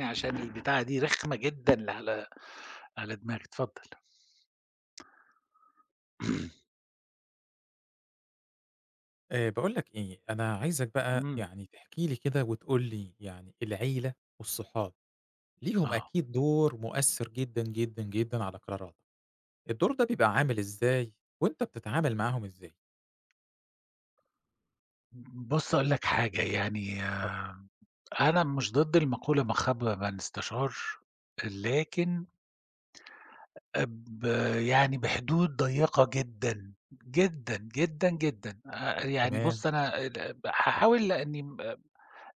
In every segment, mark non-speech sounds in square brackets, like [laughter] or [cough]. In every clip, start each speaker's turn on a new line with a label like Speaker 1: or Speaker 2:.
Speaker 1: يعني عشان البتاعة دي رخمة جدًا على دماغي، اتفضل. [clears throat]
Speaker 2: باقول لك إيه، أنا عايزك بقى
Speaker 1: إمم،
Speaker 2: يعني تحكي لي كده وتقول لي يعني العيلة والصحاب ليهم
Speaker 1: آه.
Speaker 2: أكيد دور مؤثر جدًا، جدًا، جدًا على قراراتك، الدور ده بيبقى عامل إزاي وأنت بتتعامل معاهم إزاي؟
Speaker 1: بُص أقول لك حاجة، يعني
Speaker 2: آه،
Speaker 1: أنا مش ضد المقولة "ما خاب من استشار"، لكن ب يعني بحدود ضيّقة جدًا، جدًا، جدًا، جدًا. يعني
Speaker 2: تمام،
Speaker 1: بُص أنا ال هاحاول لإني م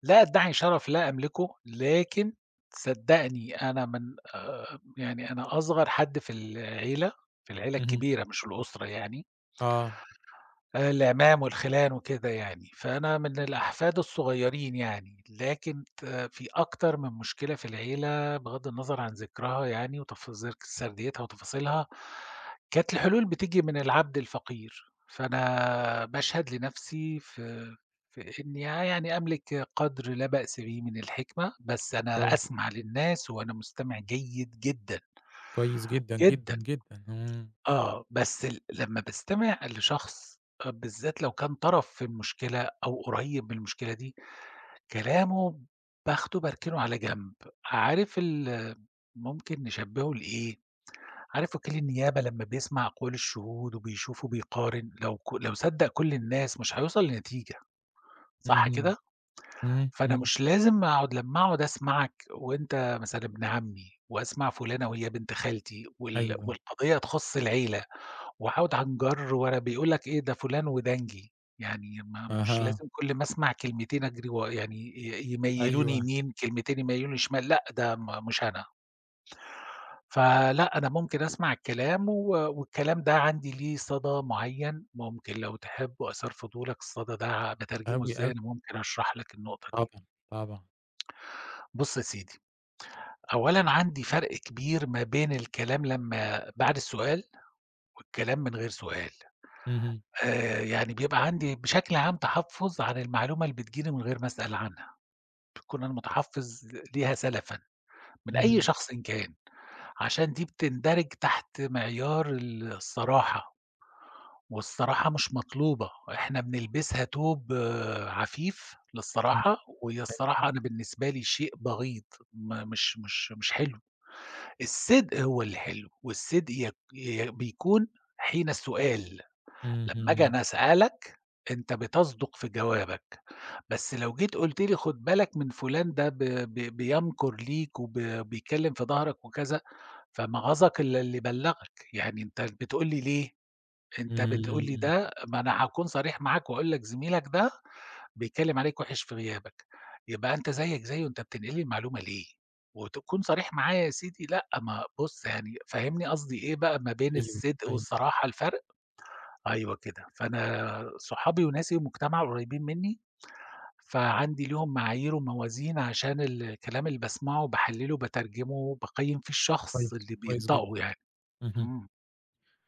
Speaker 1: لا أدّعي شرف لا أملكه، لكن صدّقني أنا من يعني أنا أصغر حد في العيلة، في العيلة
Speaker 2: اهم،
Speaker 1: الكبيرة مش الأسرة يعني.
Speaker 2: آه،
Speaker 1: العمام والخِلان وكده يعني، فأنا من الأحفاد الصغيّرين يعني، لكن في أكتر من مشكلة في العيلة بغض النظر عن ذكرها يعني وتفاصيل سرديتها وتفاصيلها، كانت الحلول بتيجي من العبد الفقير، فأنا باشهد لنَفْسي في إني يعني أملك قدر لا بأس به من الحكمة، بس أنا
Speaker 2: كويس،
Speaker 1: أسمع للناس وأنا مستمع جيد جدًا.
Speaker 2: كويس جدًا، جدًا،
Speaker 1: جدًا.
Speaker 2: جدًا، إمم،
Speaker 1: آه، بس لمّا باستمع لشخص، بالذات لو كان طرف في المشكلة أو قريب من المشكلة دي، كلامه باخده باركنه على جنب، عارف ال ممكن نشبهه لإيه، عارف وكيل النيابة لمّا بيسمع أقوال الشهود وبيشوف وبيقارن، لو صدق كل الناس مش هيوصل لنتيجة، صح
Speaker 2: اهم،
Speaker 1: كده؟
Speaker 2: إمم،
Speaker 1: فأنا
Speaker 2: إمم،
Speaker 1: مش لازم أقعد لمّا أقعد أسمعك وأنت مثلًا ابن عمي، وأسمع فلانة وهي بنت خالتي
Speaker 2: أيوه،
Speaker 1: والقضية تخص العيلة. وعوْد عن جَرّ ولا بيقول لك إيه ده فلان ودَنجي، يعني ما مش
Speaker 2: أها،
Speaker 1: لازم كل ما أسمع كلمتين أجري يعني يميّلوني
Speaker 2: أيوه،
Speaker 1: يمين، كلمتين يميّلوني شمال، لأ ده مش أنا. فلأ، أنا ممكن أسمع الكلام و والكلام ده عندي ليه صدى معيّن، ممكن لو تحب وأثار فضولك الصدى ده باترجمه
Speaker 2: أوي،
Speaker 1: إزاي،
Speaker 2: أوي،
Speaker 1: أنا ممكن أشرح لك النقطة دي.
Speaker 2: طبعًا، طبعًا،
Speaker 1: بُص يا سيدي، أولًا عندي فرْق كبير ما بين الكلام لمّا بعد السؤال والكلام من غير سؤال.
Speaker 2: اهم،
Speaker 1: يعني بيبقى عندي بشكل عام تحفُّظ على المعلومة اللي بتيجي لي من غير ما أسأل عنها، باكون أنا متحفِّظ ليها سَلَفًا من أي
Speaker 2: اهم،
Speaker 1: شخص إن كان، عشان دي بتندرج تحت معيار الصراحة، والصراحة مش مطلوبة، إحنا بنلبسها توب عفيف
Speaker 2: إمم،
Speaker 1: للصراحة، وهي الصراحة أنا بالنسبة لي شيء بغيض، م مش مش مش حلو، الصدق هو اللي حلو، والصدق يك ي بيكون حين السؤال. لمّا آجي
Speaker 2: اهم،
Speaker 1: أنا أسألك، أنت بتصدُق في جوابك، بس لو جيت قُلت لي خُد بالك من فُلان ده ب ب بيمكُر ليك وب بيتكلّم في ضهرك وكذا، فمغَصَك إلّا اللي بلّغك، يعني أنت بتقول لي ليه؟ أنت بتقول لي
Speaker 2: إمم،
Speaker 1: ده ما أنا هاكون صريح معاك وأقول لك زميلك ده بيتكلّم عليك وِحِش في غيابك، يبقى أنت زيّك زيّه، أنت بتنقل لي المعلومة ليه؟ وتكون صريح معايا يا سيدي، لأ ما بُص يعني فهِّمني قصدي إيه بقى ما بين
Speaker 2: أيوه،
Speaker 1: الصدق
Speaker 2: أيوه،
Speaker 1: والصراحة الفرق؟ أيوه كده، فأنا صحابي وناسي ومجتمع قريبين منّي، فعندي ليهم معايير وموازين عشان الكلام اللي باسمعه باحلّله، باترجمه، باقيّم فيه الشخص
Speaker 2: كويس،
Speaker 1: اللي
Speaker 2: كويس جدًا.
Speaker 1: بينطقه يعني.
Speaker 2: اهم.
Speaker 1: إمم،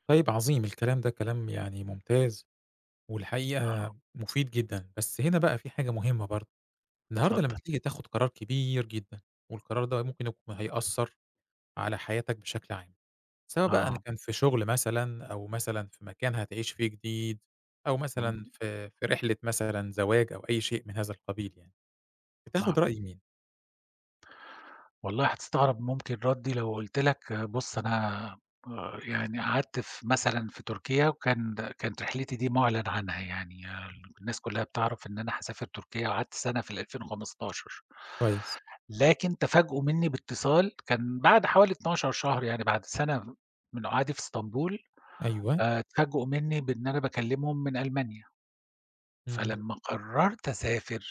Speaker 2: طيب عظيم، الكلام ده كلام يعني ممتاز، والحقيقة
Speaker 1: آه،
Speaker 2: مفيد جدًا، بس هنا بقى في حاجة مهمة برضه، النهارده لمّا
Speaker 1: اتفضل.
Speaker 2: بتيجي تاخد قرار كبير جدًا، والقرار ده ممكن يكون هيأثّر على حياتك بشكل عام، سواء بقى إن
Speaker 1: آه،
Speaker 2: كان في شغل مثلًا، أو مثلًا في مكان هتعيش فيه جديد، أو مثلًا
Speaker 1: إمم،
Speaker 2: في رحلة مثلًا زواج أو أي شيء من هذا القبيل يعني،
Speaker 1: نعم.
Speaker 2: بتاخد رأي مين؟
Speaker 1: والله هتستغرب ممكن ردّي لو قُلت لك آه، بُص أنا يعني قعدت في مثلًا في تركيا كانت رحلتي دي مُعلن عنها يعني الناس كلّها بتعرف إن أنا هاسافر تركيا وقعدت سَنة في ال2015.
Speaker 2: كويس،
Speaker 1: لكن تفاجئوا منّي باتصال كان بعد حوالي 12 شهر يعني بعد سَنة من قعدي في إسطنبول،
Speaker 2: أيوه،
Speaker 1: اتفاجئوا منّي بإن أنا باكلّمهم من ألمانيا،
Speaker 2: إمم،
Speaker 1: فلمّا قرّرت أسافر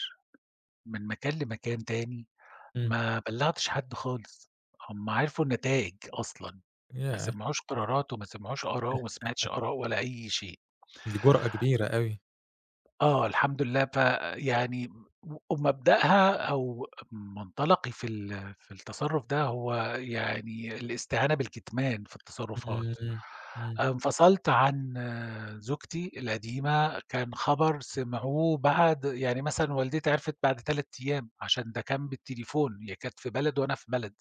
Speaker 1: من مكان لمكان تاني،
Speaker 2: إمم،
Speaker 1: ما بلّغتش حد خالص، هُم عرفوا النتايج أصلًا، ما
Speaker 2: ياه!
Speaker 1: سمعوش قرارات وما سمعوش آراء وما سمعتش آراء ولا أي شيء.
Speaker 2: دي جرأة كبيرة أوي،
Speaker 1: آه، الحمد لله ومبدأها أو منطلقي في التصرُّف ده هو يعني الاستهانة بالكتمان في التصرُّفات.
Speaker 2: إمم، إمم،
Speaker 1: انفصلت عن آه، زوجتي القديمة، كان خبر سمعوه بعد يعني مثلًا والدتي عرفِت بعد 3 أيام، عشان ده كان بالتليفون، هي كانت في بلد وأنا في بلد.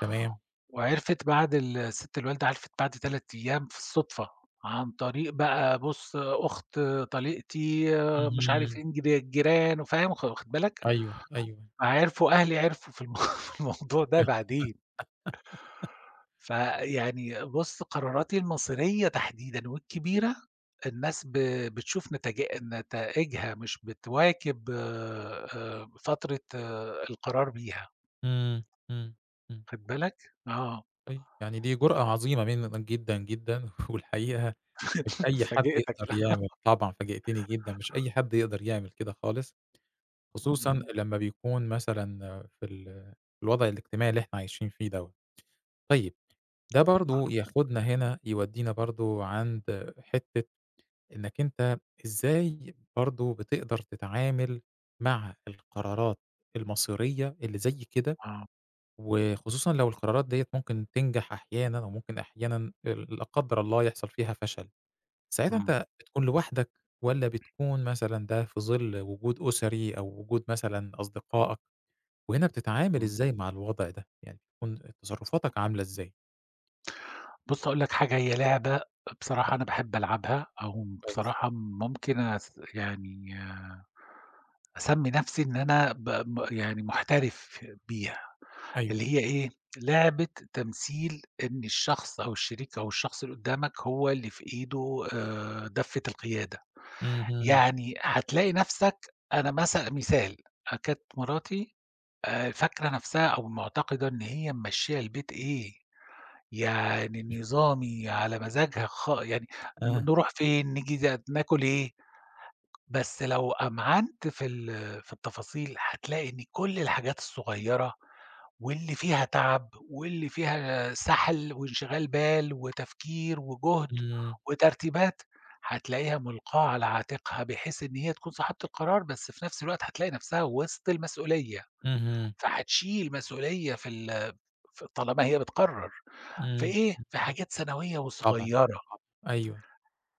Speaker 2: تمام،
Speaker 1: وعرفت بعد الست الوالدة عرفت بعد 3 أيام في الصدفة، عن طريق بقى بُص أخت طليقتي، مش عارف
Speaker 2: اهم.
Speaker 1: إيه الجيران، فاهم واخد بالك؟
Speaker 2: أيوه، أيوه.
Speaker 1: فعرفوا أهلي عرفوا في الم [laughs] في الموضوع ده بعدين، فيعني بُص قراراتي المصيرية تحديدًا والكبيرة الناس بتشوف نتائجها مش بتواكب فترة القرار بيها،
Speaker 2: إمم، إمم، إمم.
Speaker 1: واخد بالك؟ آه.
Speaker 2: طيب يعني دي جرأة عظيمة منك جدًا، جدًا [laughs] والحقيقة مش
Speaker 1: [laughs]
Speaker 2: أي حد
Speaker 1: فاجئتك
Speaker 2: يقدر
Speaker 1: كده.
Speaker 2: يعمل طبعًا فاجأتني جدًا، مش أي حد يقدر يعمل كده خالص، خصوصًا
Speaker 1: إمم،
Speaker 2: لمّا بيكون مثلًا في الوضع الاجتماعي اللي إحنا عايشين فيه دوّة. طيب ده برضه ياخدنا هنا يودينا برضه عند حتّة إنك أنت إزاي برضه بتقدر تتعامل مع القرارات المصيرية اللي زي كده
Speaker 1: آه،
Speaker 2: وخصوصًا لو القرارات ديّة ممكن تنجح أحيانًا وممكن أحيانًا لا قدّر الله يحصل فيها فشل، ساعتها
Speaker 1: إمم.
Speaker 2: أنت بتكون لوحدك والّا بتكون مثلًا ده في ظِل وجود أُسري أو وجود مثلًا أصدقائك، وهنا بتتعامل
Speaker 1: إمم.
Speaker 2: إزاي مع الوضع ده؟ يعني بتكون تصرفاتك عاملة إزاي؟
Speaker 1: بُص هاقول لك حاجة، هي لعبة بصراحة
Speaker 2: اتفضل.
Speaker 1: أنا باحب ألعبها، أو
Speaker 2: كويس،
Speaker 1: بصراحة ممكن يعني أسمّي نَفْسي إن أنا ب م يعني محترف بيها،
Speaker 2: أيوه،
Speaker 1: اللي هي إيه، لعبة تمثيل إن الشخص أو الشريك أو الشخص اللي قُدّامك هو اللي في إيده دَفّة القيادة،
Speaker 2: اهم،
Speaker 1: يعني هتلاقي نَفْسك، أنا مثال، كانت مراتي فاكرة نَفْسها أو مُعتقدة إن هي ممشّية البيت إيه، يعني نظامي على مزاجها يعني
Speaker 2: آه،
Speaker 1: نروح فين، نيجي ناكل إيه، بس لو أمعنت في التفاصيل هتلاقي إن كل الحاجات الصغيرة واللي فيها تعب واللي فيها سَحَل وانشغال بال وتفكير وجهد
Speaker 2: إمم،
Speaker 1: وترتيبات، هتلاقيها مُلقاة على عاتقها بحيث إن هي تكون صاحبة القرار، بس في نفس الوقت هتلاقي نفسها وسط المسؤولية،
Speaker 2: اهم،
Speaker 1: فهتشيل مسؤولية في ال ف طالما هي بتقرر. في
Speaker 2: إمم،
Speaker 1: إيه، في
Speaker 2: اهم،
Speaker 1: حاجات سنوية
Speaker 2: طبعًا،
Speaker 1: وصغيرة،
Speaker 2: طبعًا، أيوه،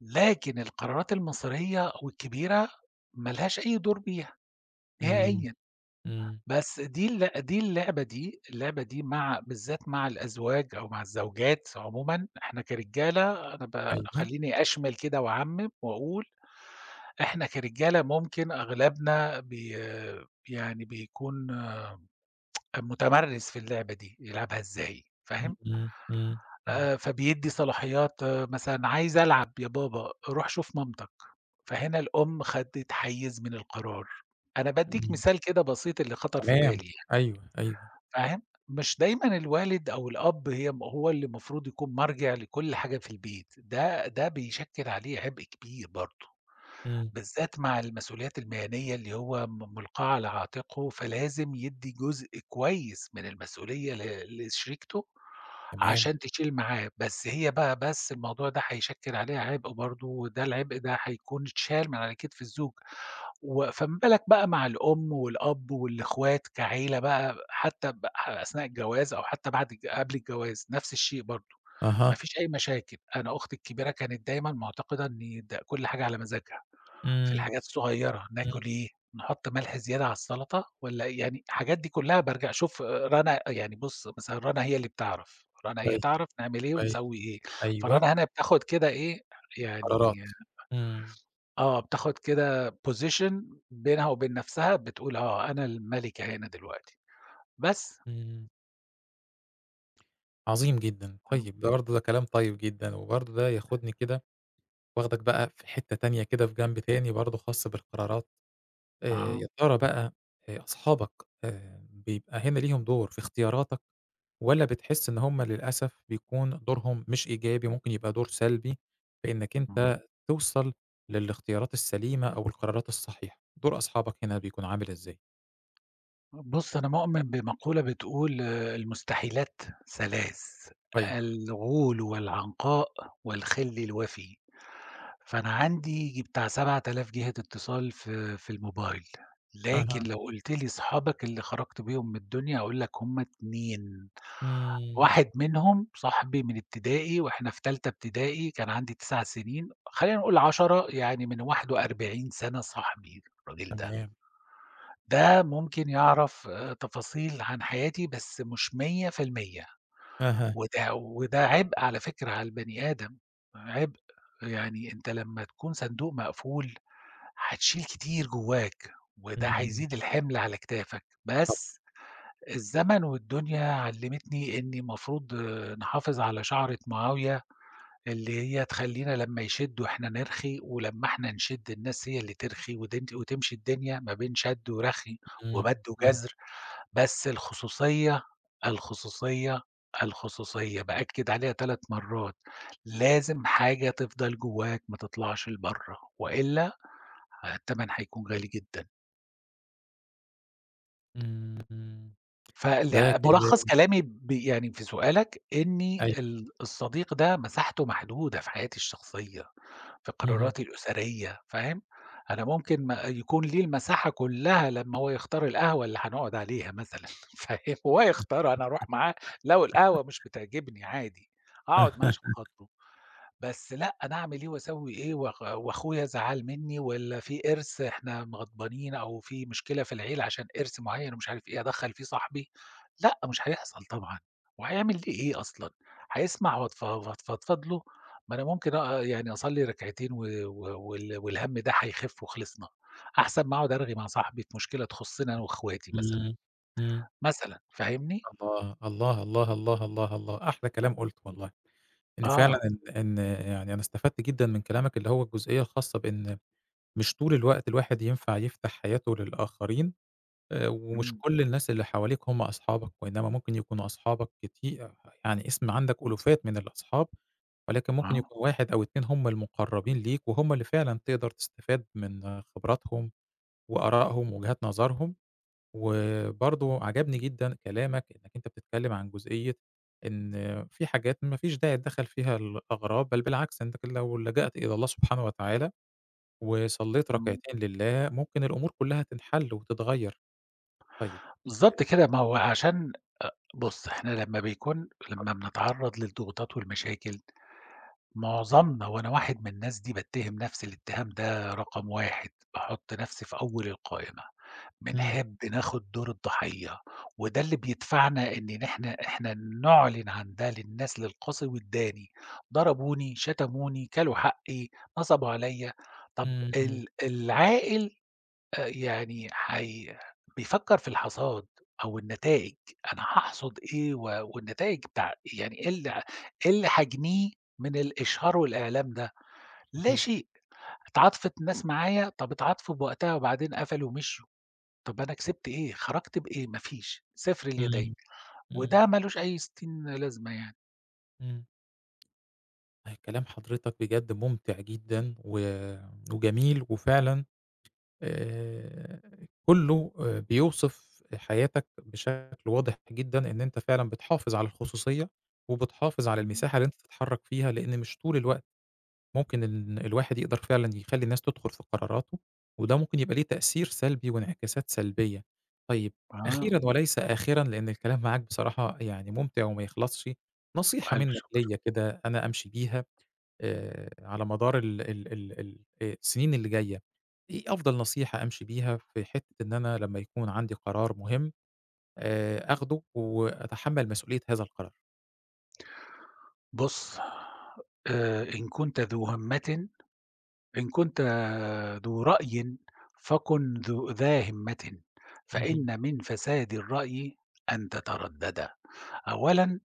Speaker 1: لكن القرارات المصيرية والكبيرة ما لهاش أي دور فيها
Speaker 2: إمم،
Speaker 1: نهائيًا،
Speaker 2: إمم،
Speaker 1: بس دي اللعبة دي مع بالذات مع الأزواج أو مع الزوجات عمومًا، إحنا كرجالة أنا ب
Speaker 2: أيوه،
Speaker 1: خلّيني أشمل كده وأعمم وأقول، إحنا كرجالة ممكن أغلبنا يعني بيكون متمرس في اللعبة دي، يلعبها إزاي،
Speaker 2: إمم،
Speaker 1: فاهم؟
Speaker 2: إمم، إمم،
Speaker 1: فبيدّي صلاحيات. آه، مثلًا عايز ألعب يا بابا، روح شوف مامتك، فهنا الأم خدِّت حيّز من القرار. أنا بادّيك
Speaker 2: إمم.
Speaker 1: مثال كده بسيط اللي خطر في بالي
Speaker 2: تمام،
Speaker 1: يعني،
Speaker 2: أيوه، أيوه،
Speaker 1: فاهم؟ مش دايمًا الوالد أو الأب هو اللي المفروض يكون مرجع لكل حاجة في البيت، ده بيشكّل عليه عبء كبير برضه.
Speaker 2: إمم،
Speaker 1: بالذات مع المسؤوليات المهنية اللي هو م مُلقاة على عاتقه، فلازم يدّي جزء كويس من المسؤولية لشريكته
Speaker 2: تمام،
Speaker 1: عشان تشيل معاه، بس هي بقى بس الموضوع ده هيشكّل عليها عبء برضه، وده العبء ده هيكون اتشال من على كتف الزوج، فما بالك بقى مع الأم والأب والإخوات كعيلة بقى حتى أثناء الجواز أو حتى بعد الج قبل الجواز، نفس الشيء برضه،
Speaker 2: أها.
Speaker 1: ما فيش أي مشاكل، أنا أختي الكبيرة كانت دايمًا مُعتقدة إن كل حاجة على مزاجها. في
Speaker 2: إمم،
Speaker 1: الحاجات الصغيرة،
Speaker 2: إمم.
Speaker 1: ناكل إيه، نحط ملح زيادة على السلطة والّا يعني الحاجات دي كلّها بارجع أشوف رنا، يعني بُص مثلًا رنا هي اللي بتعرف، رنا هي
Speaker 2: كويس،
Speaker 1: تعرف نعمل إيه
Speaker 2: كويس،
Speaker 1: ونسوي إيه،
Speaker 2: أيوه،
Speaker 1: فرنا هنا بتاخد كده إيه،
Speaker 2: حرارات.
Speaker 1: يعني
Speaker 2: إمم،
Speaker 1: آه، بتاخد كده position بينها وبين نفسها، بتقول آه، أنا الملكة هنا دلوقتي، بس.
Speaker 2: إمم. عظيم جدًا،
Speaker 1: إمم،
Speaker 2: طيب ده برضه ده كلام طيب جدًا، وبرضه ده ياخدني كده واخدك بقى في حتّة تانية كده في جنب تاني برضه خاص بالقرارات، يا
Speaker 1: آه،
Speaker 2: ترى بقى أصحابك بيبقى هنا ليهم دور في اختياراتك؟ والّا بتحس إن هُم للأسف بيكون دورهم مش إيجابي، ممكن يبقى دور سلبي في إنّك
Speaker 1: إمم.
Speaker 2: أنت توصل للاختيارات السليمة أو القرارات الصحيحة، دور أصحابك هنا بيكون عامل إزاي؟
Speaker 1: بُص أنا مؤمن بمقولة بتقول آه، المستحيلات ثلاث،
Speaker 2: كويس،
Speaker 1: الغول والعنقاء والخِل الوفي. فأنا عندي ييجي بتاع 7000 جهة اتصال في الموبايل، لكن
Speaker 2: أها،
Speaker 1: لو قُلت لي صحابك اللي خرجت بيهم من الدنيا هاقول لك هم 2،
Speaker 2: إمم،
Speaker 1: واحد منهم صاحبي من ابتدائي وإحنا في تالتة ابتدائي كان عندي 9 سنين، خلّينا نقول 10 يعني من 41 سَنة صاحبي الراجل ده،
Speaker 2: تمام،
Speaker 1: ده ممكن يعرف تفاصيل عن حياتي بس مش 100%.
Speaker 2: أها،
Speaker 1: وده عبء على فكرة على البني آدم، عبء، يعني أنت لمّا تكون صندوق مقفول هتشيل كتير جواك، وده
Speaker 2: إمم،
Speaker 1: هيزيد الحِمل على كتافك،
Speaker 2: طب
Speaker 1: بس الزمن والدنيا علّمتني إني المفروض آه، نحافظ على شعرة معاوية، اللي هي تخلّينا لمّا يشدّوا إحنا نرخي، ولمّا إحنا نشِد الناس هي اللي ترخي ودن، وتمشي الدنيا ما بين شَد ورخي
Speaker 2: إمم،
Speaker 1: ومَد
Speaker 2: إمم،
Speaker 1: وجَزر، بس الخصوصية، الخصوصية، الخصوصية، بأكّد عليها 3 مرّات، لازم حاجة تفضل جواك ما تطلعش لبرّه، وإلا التمن هيكون غالي جدًا.
Speaker 2: إمم، إمم، ده
Speaker 1: ملخص
Speaker 2: كلام
Speaker 1: كلامي يعني في سؤالك إني
Speaker 2: أيوه،
Speaker 1: الصديق ده مساحته محدودة في حياتي الشخصية، في
Speaker 2: اهم،
Speaker 1: قراراتي الأسرية، فاهم؟ أنا ممكن ما يكون لي المساحة كلها لمّا هو يختار القهوة اللي هنقعد عليها مثلًا، [laughs] فاهم؟ هو يختارها أنا أروح معاه، لو القهوة مش بتعجبني عادي، هاقعد معاه
Speaker 2: أها،
Speaker 1: عشان خاطره. بس لأ، أنا أعمل إيه وأسوي إيه وأخويا زعل منّي والّا في إرث إحنا غضبانين أو في مشكلة في العيلة عشان إرث معيّن ومش عارف إيه، أدخّل فيه صاحبي، لأ، مش هيحصل طبعًا، وهيعمل لي إيه أصلًا؟ هيسمع وأتفضفض له، ما أنا ممكن يعني أصلّي ركعتين و والهَم ده هيخف وخلصنا، أحسن ما أقعد أرغي مع صاحبي في مشكلة تخصّني أنا وأخواتي مثلًا،
Speaker 2: إمم، إمم.
Speaker 1: مثلًا فاهمني؟
Speaker 2: الله، الله، الله، الله، الله، الله، أحلى كلام قُلته والله، إن فعلًا
Speaker 1: آه،
Speaker 2: إن يعني أنا استفدت جدًا من كلامك اللي هو الجزئية الخاصة بإن مش طول الوقت الواحد ينفع يفتح حياته للآخرين، ومش
Speaker 1: إمم،
Speaker 2: كل الناس اللي حواليك هم أصحابك، وإنما ممكن يكونوا أصحابك يعني اسم عندك ألوفات من الأصحاب، ولكن ممكن
Speaker 1: آه،
Speaker 2: يكون 1 أو 2 هم المقرّبين ليك، وهم اللي فعلًا تقدر تستفاد من خبراتهم وآرائهم ووجهات نظرهم، وبرضه عجبني جدًا كلامك إنك أنت بتتكلم عن جزئية إن في حاجات ما فيش داعي تدخّل فيها الأغراب، بل بالعكس أنت لو لجأت إلى الله سبحانه وتعالى وصلّيت
Speaker 1: إمم،
Speaker 2: ركعتين لله، ممكن الأمور كلّها تنحل وتتغيّر. طيب
Speaker 1: بالضبط كده، ما هو عشان بُص، إحنا لمّا بيكون لمّا بنتعرّض للضغوطات والمشاكل، معظمنا وأنا واحد من الناس دي باتّهم نفْسي الاتهام ده رقم 1، باحُط نفْسي في أول القائمة،
Speaker 2: إمم،
Speaker 1: بنحب ناخُد دور الضحية، وده اللي بيدفعنا إن إحنا نعلن عن ده للناس للقاصي والداني، ضربوني، شتموني، كلوا حقّي، نصبوا عليَّ، طَب
Speaker 2: إمم، إمم،
Speaker 1: العاقل يعني بيفكّر في الحصاد أو النتائج، أنا هاحصد إيه والنتائج يعني إيه اللي إيه اللي هاجنيه من الإشهار والإعلام ده؟ لا
Speaker 2: صحيح.
Speaker 1: شيء، اتعاطفت الناس معايا، طَب اتعاطفوا بوقتها وبعدين قفلوا ومشيوا، طَب أنا كسبت إيه، خرجت بإيه؟ ما فيش، صفر اليدين،
Speaker 2: إمم، إمم،
Speaker 1: وده ما لوش أي ستين لازمة يعني.
Speaker 2: إمم. أي كلام حضرتك بجد ممتع جدًا وجميل وفعلًا آآ كُلّه بيوصف حياتك بشكل واضح جدًا إن أنت فعلًا بتحافظ على الخصوصية، وبتحافظ على
Speaker 1: إمم،
Speaker 2: المساحة اللي أنت تتحرّك فيها، لإن مش طول الوقت ممكن الواحد يقدر فعلًا يخلّي الناس تدخل في قراراته، وده ممكن يبقى ليه تأثير سلبي وانعكاسات سلبية. طيب
Speaker 1: آه،
Speaker 2: أخيرًا وليس آخرًا، لأن الكلام معاك بصراحة يعني ممتع وما يخلصش، نصيحة
Speaker 1: ألف
Speaker 2: منّك
Speaker 1: شكر.
Speaker 2: ليّا كده أنا أمشي بيها على مدار ال ال ال ال السنين اللي جاية، إيه أفضل نصيحة أمشي بيها في حتّة إن أنا لمّا يكون عندي قرار مهم آخده وأتحمّل مسؤولية هذا القرار؟
Speaker 1: بُص، إن كنت ذو همّة، إن كنت ذو رأي فكن ذا همة،
Speaker 2: اهم.
Speaker 1: فإن من فساد الرأي أن تتردد أولا.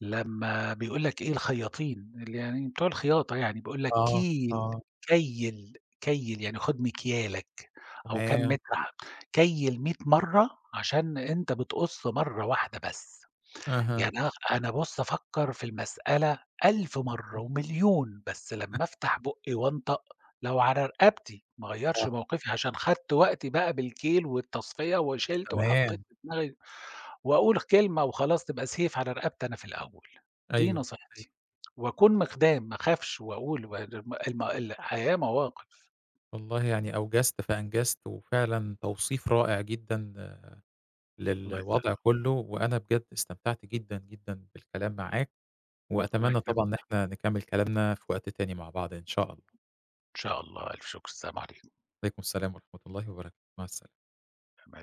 Speaker 1: لما بيقول لك إيه الخياطين اللي يعني بتوع الخياطة يعني بيقول لك
Speaker 2: آه،
Speaker 1: كيل
Speaker 2: آه،
Speaker 1: كيل يعني خد مكيالك، أو كم
Speaker 2: تمام.
Speaker 1: متر كيل 100 مرة عشان أنت بتقص مرة واحدة بس،
Speaker 2: أها.
Speaker 1: يعني أنا بُص أفكّر في المسألة 1000 مرّة ومليون، بس لمّا أفتح بُقّي وأنطق، لو على رقبتي ما أغيّرش
Speaker 2: اهم.
Speaker 1: موقفي عشان خدت وقتي بقى بالكيل والتصفية وشِلت وحطّيت
Speaker 2: تمام،
Speaker 1: في دماغي وأقول كلمة وخلاص تبقى سيف على رقبتي أنا في الأول، دي
Speaker 2: أيوه، أيوه.
Speaker 1: نصيحتي. وأكون مخدام ما أخافش وأقول و الم الم الحياة مواقف.
Speaker 2: والله يعني أوجزت فأنجزت، وفعلًا توصيف رائع جدًا
Speaker 1: الله
Speaker 2: للوضع
Speaker 1: يسلمك،
Speaker 2: كلّه، وأنا بجد استمتعت جدًا، جدًا بالكلام معاك،
Speaker 1: الله
Speaker 2: وأتمنى طبعًا إن
Speaker 1: يكرمك،
Speaker 2: إحنا نكمّل كلامنا في وقت تاني مع بعض إن شاء الله.
Speaker 1: إن شاء الله، ألف شكر، السلام عليكم.
Speaker 2: عليكم السلام ورحمة الله وبركاته، مع السلامة.
Speaker 1: أمان